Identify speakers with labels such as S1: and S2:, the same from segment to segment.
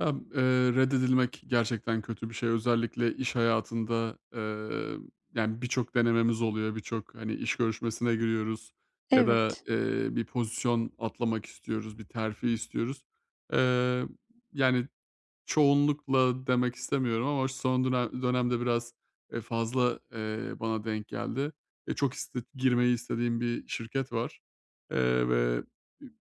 S1: Ya, eee, reddedilmek gerçekten kötü bir şey. Özellikle iş hayatında, yani, birçok denememiz oluyor, birçok, hani, iş görüşmesine giriyoruz ya da,
S2: Evet.
S1: bir pozisyon atlamak istiyoruz, bir terfi istiyoruz. Eee, Yani, çoğunlukla demek istemiyorum ama son dönemde biraz, fazla, bana denk geldi. Çok girmeyi istediğim bir şirket var, ve 3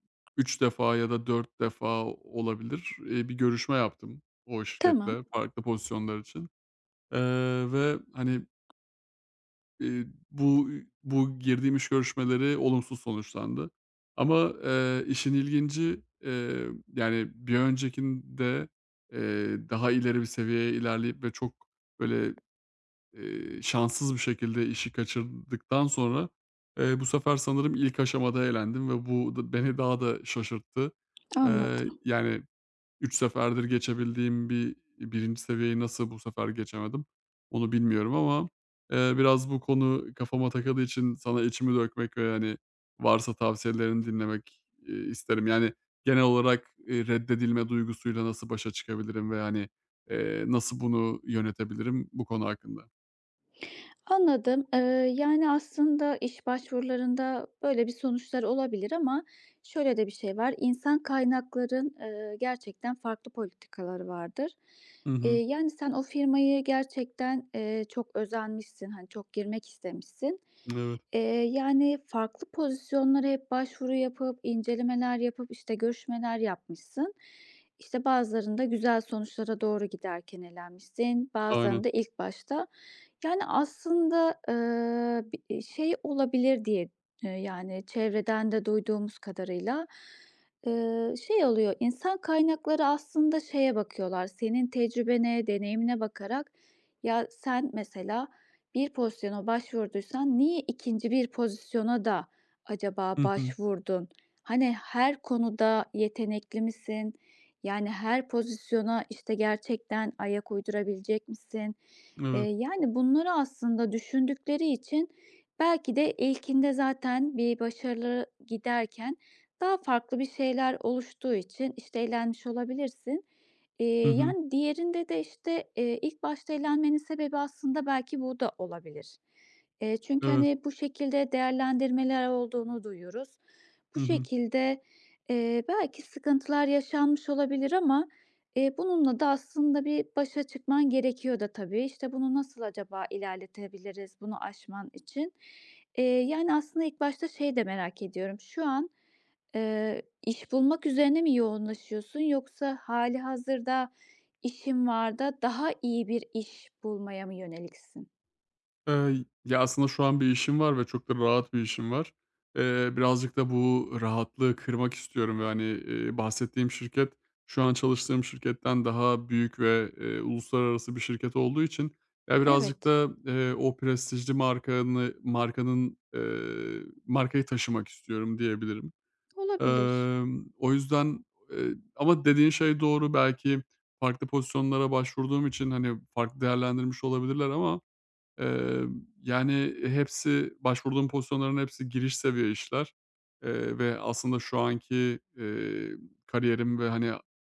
S1: defa ya da 4 defa olabilir, bir görüşme yaptım o
S2: Tamam,
S1: şirketle farklı pozisyonlar için, ve hani, Eee, bu bu girdiğim iş görüşmeleri olumsuz sonuçlandı. Ama, işin ilginci, yani, bir öncekinde, daha ileri bir seviyeye ilerleyip ve çok, böyle, şanssız bir şekilde işi kaçırdıktan sonra, bu sefer sanırım ilk aşamada elendim ve bu da beni daha da şaşırttı.
S2: anladım.
S1: Yani, üç seferdir geçebildiğim bir birinci seviyeyi nasıl bu sefer geçemedim onu bilmiyorum ama, biraz bu konu kafama takıldığı için sana içimi dökmek ve, hani, varsa tavsiyelerini dinlemek, isterim. Yani, genel olarak, reddedilme duygusuyla nasıl başa çıkabilirim ve, hani, nasıl bunu yönetebilirim bu konu hakkında.
S2: Anladım. Yani, aslında iş başvurularında böyle bir sonuçlar olabilir ama şöyle de bir şey var. İnsan kaynakların, gerçekten farklı politikaları vardır.
S1: Hı hı.
S2: Yani, sen o firmayı gerçekten, çok özenmişsin, hani, çok girmek istemişsin.
S1: Evet.
S2: Yani, farklı pozisyonlara hep başvuru yapıp, incelemeler yapıp, işte, görüşmeler yapmışsın. İşte, bazılarında güzel sonuçlara doğru giderken elenmişsin,
S1: Aynen.
S2: bazılarında ilk başta yani, aslında, bi şey olabilir diye, yani, çevreden de duyduğumuz kadarıyla, şey oluyor, İnsan kaynakları aslında şeye bakıyorlar, senin tecrübene, deneyimine bakarak, ya, sen mesela bir pozisyona başvurduysan niye ikinci bir pozisyona da acaba
S1: Hı hı.
S2: başvurdun? Hani, her konuda yetenekli misin? Yani, her pozisyona, işte, gerçekten ayak uydurabilecek misin?
S1: Evet.
S2: Yani, bunları aslında düşündükleri için belki de ilkinde zaten bir başarılı giderken daha farklı bir şeyler oluştuğu için, işte, eğlenmiş olabilirsin.
S1: Hı hı.
S2: Yani, diğerinde de, işte, ilk başta eğlenmenin sebebi aslında belki bu da olabilir. Çünkü,
S1: Evet.
S2: hani, bu şekilde değerlendirmeler olduğunu duyuyoruz. Bu
S1: Hı hı.
S2: şekilde, belki sıkıntılar yaşanmış olabilir ama bununla da aslında bir başa çıkman gerekiyor da tabii. İşte, bunu nasıl acaba ilerletebiliriz bunu aşman için? Yani, aslında ilk başta şey de merak ediyorum. Şu an, iş bulmak üzerine mi yoğunlaşıyorsun yoksa hali hazırda işin var da daha iyi bir iş bulmaya mı yöneliksin?
S1: Ya, aslında şu an bir işim var ve çok da rahat bir işim var. Birazcık da bu rahatlığı kırmak istiyorum ve, hani, bahsettiğim şirket şu an çalıştığım şirketten daha büyük ve, uluslararası bir şirket olduğu için, ya, birazcık
S2: Evet,
S1: da, o prestijli markayı taşımak istiyorum diyebilirim.
S2: olabilir.
S1: O yüzden, ama dediğin şey doğru. Belki farklı pozisyonlara başvurduğum için, hani, farklı değerlendirmiş olabilirler ama Eee, yani, hepsi başvurduğum pozisyonların hepsi giriş seviye işler, ve aslında şu anki, kariyerim ve, hani,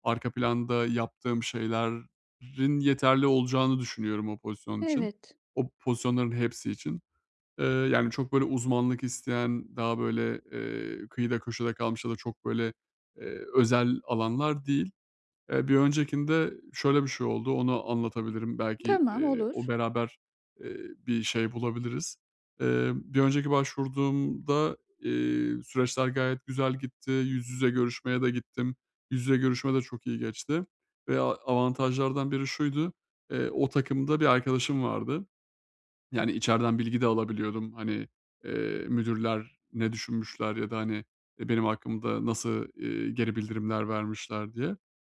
S1: arka planda yaptığım şeylerin yeterli olacağını düşünüyorum o pozisyon için.
S2: Evet.
S1: O pozisyonların hepsi için. Yani, çok böyle uzmanlık isteyen, daha böyle, kıyıda köşede kalmış ya da çok böyle, özel alanlar değil. Bir öncekinde şöyle bir şey oldu, onu anlatabilirim. Belki,
S2: Tamam, olur.
S1: o beraber, eee, bir şey bulabiliriz. Bir önceki başvurduğumda, süreçler gayet güzel gitti. Yüz yüze görüşmeye de gittim. Yüz yüze görüşme de çok iyi geçti ve avantajlardan biri şuydu, o takımda bir arkadaşım vardı. Yani, içeriden bilgi de alabiliyordum. Hani, müdürler ne düşünmüşler ya da, hani, benim hakkımda nasıl, geri bildirimler vermişler diye.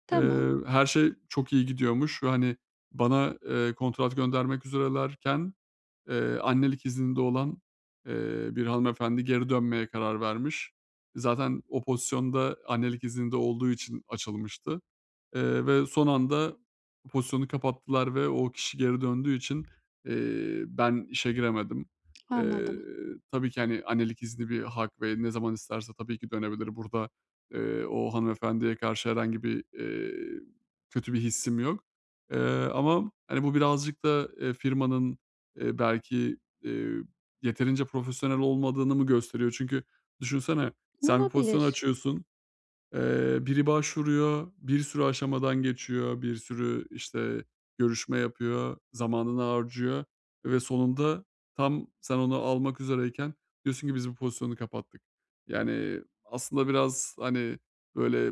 S2: Tamam,
S1: Her şey çok iyi gidiyormuş ve, hani, bana, kontrat göndermek üzerelerken, annelik izninde olan, bir hanımefendi geri dönmeye karar vermiş. Zaten o pozisyonda annelik izninde olduğu için açılmıştı. Ve son anda pozisyonu kapattılar ve o kişi geri döndüğü için, ben işe giremedim. Eee,
S2: anladım.
S1: tabii ki, hani, annelik izni bir hak ve ne zaman isterse tabii ki dönebilir. Burada, o hanımefendiye karşı herhangi bir, kötü bir hissim yok. Eee, Ama, hani, bu birazcık da, firmanın, belki, eee, yeterince profesyonel olmadığını mı gösteriyor? Çünkü düşünsene, sen bir pozisyon
S2: Olabilir.
S1: açıyorsun. Biri başvuruyor, bir sürü aşamadan geçiyor, bir sürü, işte, görüşme yapıyor, zamanını harcıyor ve sonunda tam sen onu almak üzereyken diyorsun ki, "Biz bu pozisyonu kapattık." Yani, aslında biraz, hani, böyle,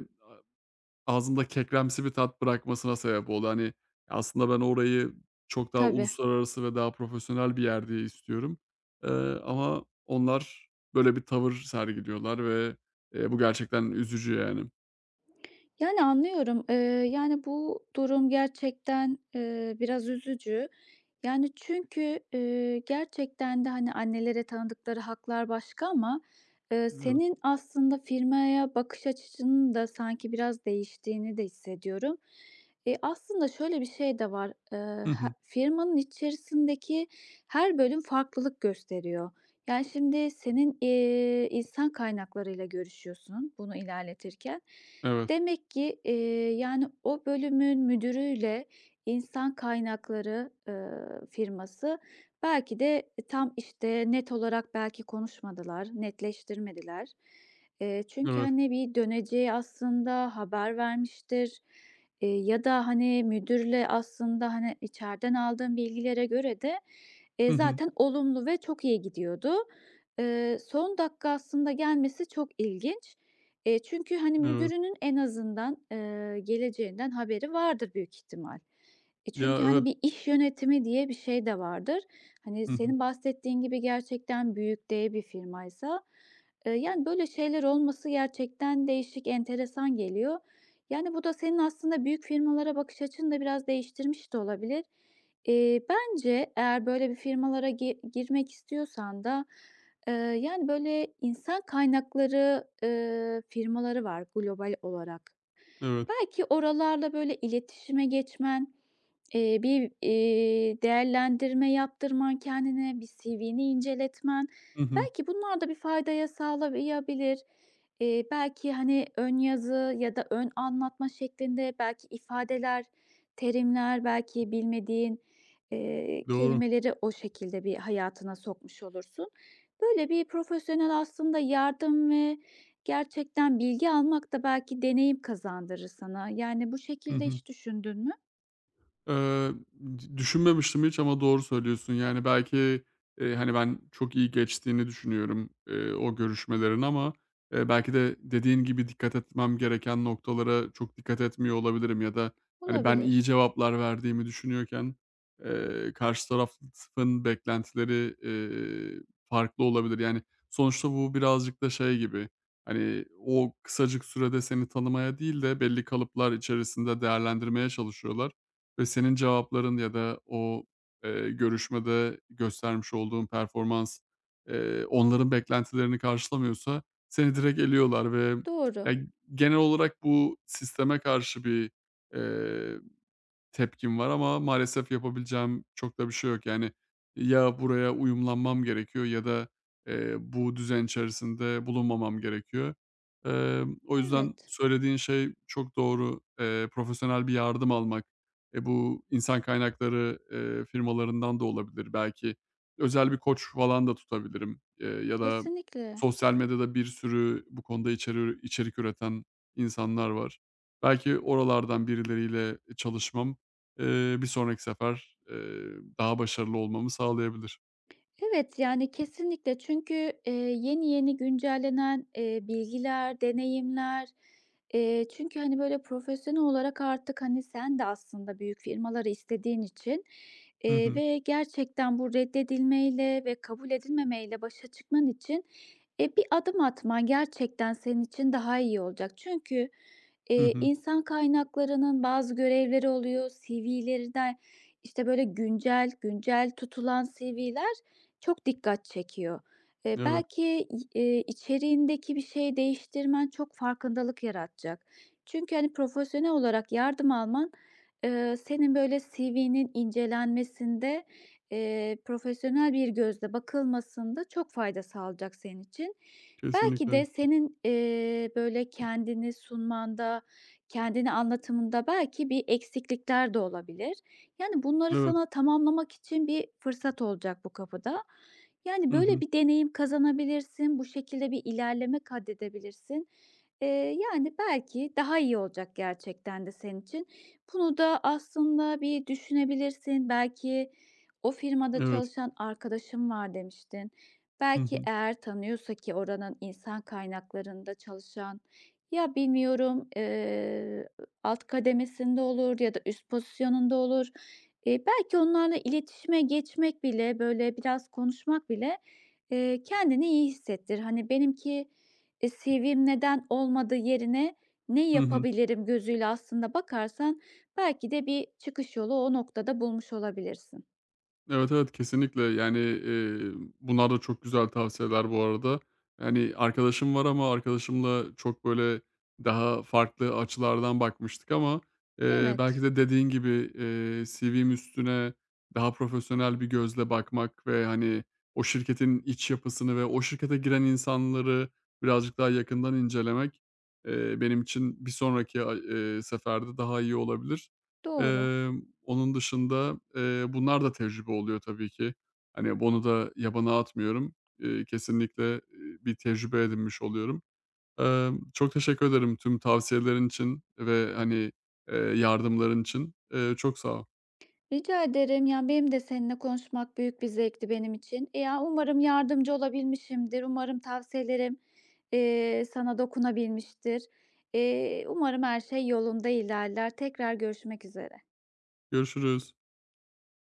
S1: ağzımda kekremsi bir tat bırakmasına sebep oldu. Hani, aslında ben orayı çok daha
S2: Tabii.
S1: uluslararası ve daha profesyonel bir yer diye istiyorum, eee, ama onlar böyle bir tavır sergiliyorlar ve, bu gerçekten üzücü yani.
S2: Yani, anlıyorum. Yani, bu durum gerçekten, biraz üzücü. Yani, çünkü, gerçekten de, hani, annelere tanıdıkları haklar başka ama,
S1: Evet.
S2: senin aslında firmaya bakış açının da sanki biraz değiştiğini de hissediyorum. Aslında şöyle bir şey de var.
S1: Hı
S2: Ha,
S1: hı.
S2: firmanın içerisindeki her bölüm farklılık gösteriyor. Yani, şimdi senin, insan kaynaklarıyla görüşüyorsun bunu ilerletirken.
S1: Evet,
S2: Demek ki, yani, o bölümün müdürüyle insan kaynakları, firması belki de tam, işte, net olarak belki konuşmadılar, netleştirmediler. Çünkü,
S1: evet.
S2: hani, bir döneceği aslında haber vermiştir, ya da, hani, müdürle aslında, hani, içeriden aldığım bilgilere göre de,
S1: Hı hı.
S2: zaten olumlu ve çok iyi gidiyordu. Son dakika aslında gelmesi çok ilginç. Çünkü, hani,
S1: Evet.
S2: müdürünün en azından, geleceğinden haberi vardır büyük ihtimal.
S1: Ya,
S2: Çünkü, hani,
S1: evet.
S2: bir iş yönetimi diye bir şey de vardır. Hani,
S1: Hı hı.
S2: senin bahsettiğin gibi gerçekten büyük dev bir firmaysa, yani, böyle şeyler olması gerçekten değişik, enteresan geliyor. Yani, bu da senin aslında büyük firmalara bakış açını da biraz değiştirmiş de olabilir. Bence eğer böyle bir firmalara girmek istiyorsan da yani, böyle, insan kaynakları, firmaları var global olarak.
S1: Evet.
S2: Belki oralarla, böyle, iletişime geçmen, bir, değerlendirme yaptırman kendine, bir CV'ni inceletmen,
S1: Hı hı.
S2: belki bunlar da bir faydaya sağlayabilir. Belki, hani, ön yazı ya da ön anlatma şeklinde belki ifadeler, terimler, belki bilmediğin,
S1: Doğru.
S2: kelimeleri o şekilde bir hayatına sokmuş olursun. Böyle bir profesyonel aslında yardım ve gerçekten bilgi almak da belki deneyim kazandırır sana. Yani bu
S1: Hı
S2: şekilde
S1: hı.
S2: hiç düşündün mü?
S1: Eee, Düşünmemiştim hiç ama doğru söylüyorsun. Yani, belki, hani, ben çok iyi geçtiğini düşünüyorum, o görüşmelerin ama, belki de dediğin gibi dikkat etmem gereken noktalara çok dikkat etmiyor olabilirim ya da, hani, ben iyi
S2: Olabilir.
S1: cevaplar verdiğimi düşünüyorken, karşı tarafın beklentileri, farklı olabilir. Yani, sonuçta bu birazcık da şey gibi, hani, o kısacık sürede seni tanımaya değil de belli kalıplar içerisinde değerlendirmeye çalışıyorlar. Ve senin cevapların ya da o, görüşmede göstermiş olduğun performans, onların beklentilerini karşılamıyorsa seni direkt eliyorlar.
S2: Doğru.
S1: Ya, genel olarak bu sisteme karşı bir tepkim var ama maalesef yapabileceğim çok da bir şey yok. Yani, ya buraya uyumlanmam gerekiyor ya da, bu düzen içerisinde bulunmamam gerekiyor. O yüzden
S2: Evet.
S1: söylediğin şey çok doğru. Profesyonel bir yardım almak, bu insan kaynakları, firmalarından da olabilir belki. Özel bir koç falan da tutabilirim, ya da
S2: Kesinlikle.
S1: sosyal medyada bir sürü bu konuda içerik üreten insanlar var. Belki oralardan birileriyle çalışmam, bir sonraki sefer, daha başarılı olmamı sağlayabilir.
S2: Evet, yani kesinlikle çünkü, yeni yeni güncellenen, bilgiler, deneyimler, çünkü, hani, böyle, profesyonel olarak artık, hani, sen de aslında büyük firmaları istediğin için,
S1: Hı hı.
S2: ve gerçekten bu reddedilmeyle ve kabul edilmemeyle başa çıkman için, bir adım atman gerçekten senin için daha iyi olacak. Çünkü,
S1: Hı hı.
S2: insan kaynaklarının bazı görevleri oluyor, CV'leri de, işte, böyle, güncel tutulan CV'ler çok dikkat çekiyor.
S1: Evet,
S2: Belki, içeriğindeki bir şeyi değiştirmen çok farkındalık yaratacak. Çünkü, hani, profesyonel olarak yardım alman, senin böyle CV'nin incelenmesinde, profesyonel bir gözle bakılmasında çok fayda sağlayacak senin için. Belki de
S1: kesinlikle.
S2: senin, böyle kendini sunmanda, kendini anlatımında belki bir eksiklikler de olabilir. Yani, bunları
S1: Evet.
S2: sana tamamlamak için bir fırsat olacak bu kapıda. Yani,
S1: Hı
S2: böyle
S1: hı.
S2: bir deneyim kazanabilirsin, bu şekilde bir ilerleme kaydedebilirsin. Eee, Yani, belki daha iyi olacak gerçekten de senin için. Bunu da aslında bir düşünebilirsin. Belki o firmada
S1: Evet.
S2: çalışan arkadaşın var demiştin.
S1: Hı
S2: Belki
S1: hı.
S2: eğer tanıyorsa ki oranın insan kaynaklarında çalışan, ya, bilmiyorum, alt kademesinde olur ya da üst pozisyonunda olur. Belki onlarla iletişime geçmek bile, böyle, biraz konuşmak bile, kendini iyi hissettir. Hani, benimki, CV'm neden olmadı yerine ne
S1: Hı hı.
S2: yapabilirim gözüyle aslında bakarsan belki de bir çıkış yolu o noktada bulmuş olabilirsin.
S1: Evet, evet, kesinlikle. Yani, bunlar da çok güzel tavsiyeler bu arada. Yani, arkadaşım var ama arkadaşımla çok, böyle, daha farklı açılardan bakmıştık ama,
S2: Evet,
S1: belki de dediğin gibi, CV'm üstüne daha profesyonel bir gözle bakmak ve, hani, o şirketin iç yapısını ve o şirkete giren insanları birazcık daha yakından incelemek, benim için bir sonraki ay seferde daha iyi olabilir.
S2: doğru.
S1: Onun dışında, bunlar da tecrübe oluyor tabii ki. Hani, bunu da yabana atmıyorum. Kesinlikle, bir tecrübe edinmiş oluyorum. Çok teşekkür ederim tüm tavsiyelerin için ve, hani, yardımların için. Çok sağ ol.
S2: Rica ederim. Yani, benim de seninle konuşmak büyük bir zevkti benim için. Ya, umarım yardımcı olabilmişimdir. Umarım tavsiyelerim, sana dokunabilmiştir. Umarım her şey yolunda ilerler. Tekrar görüşmek üzere.
S1: Görüşürüz.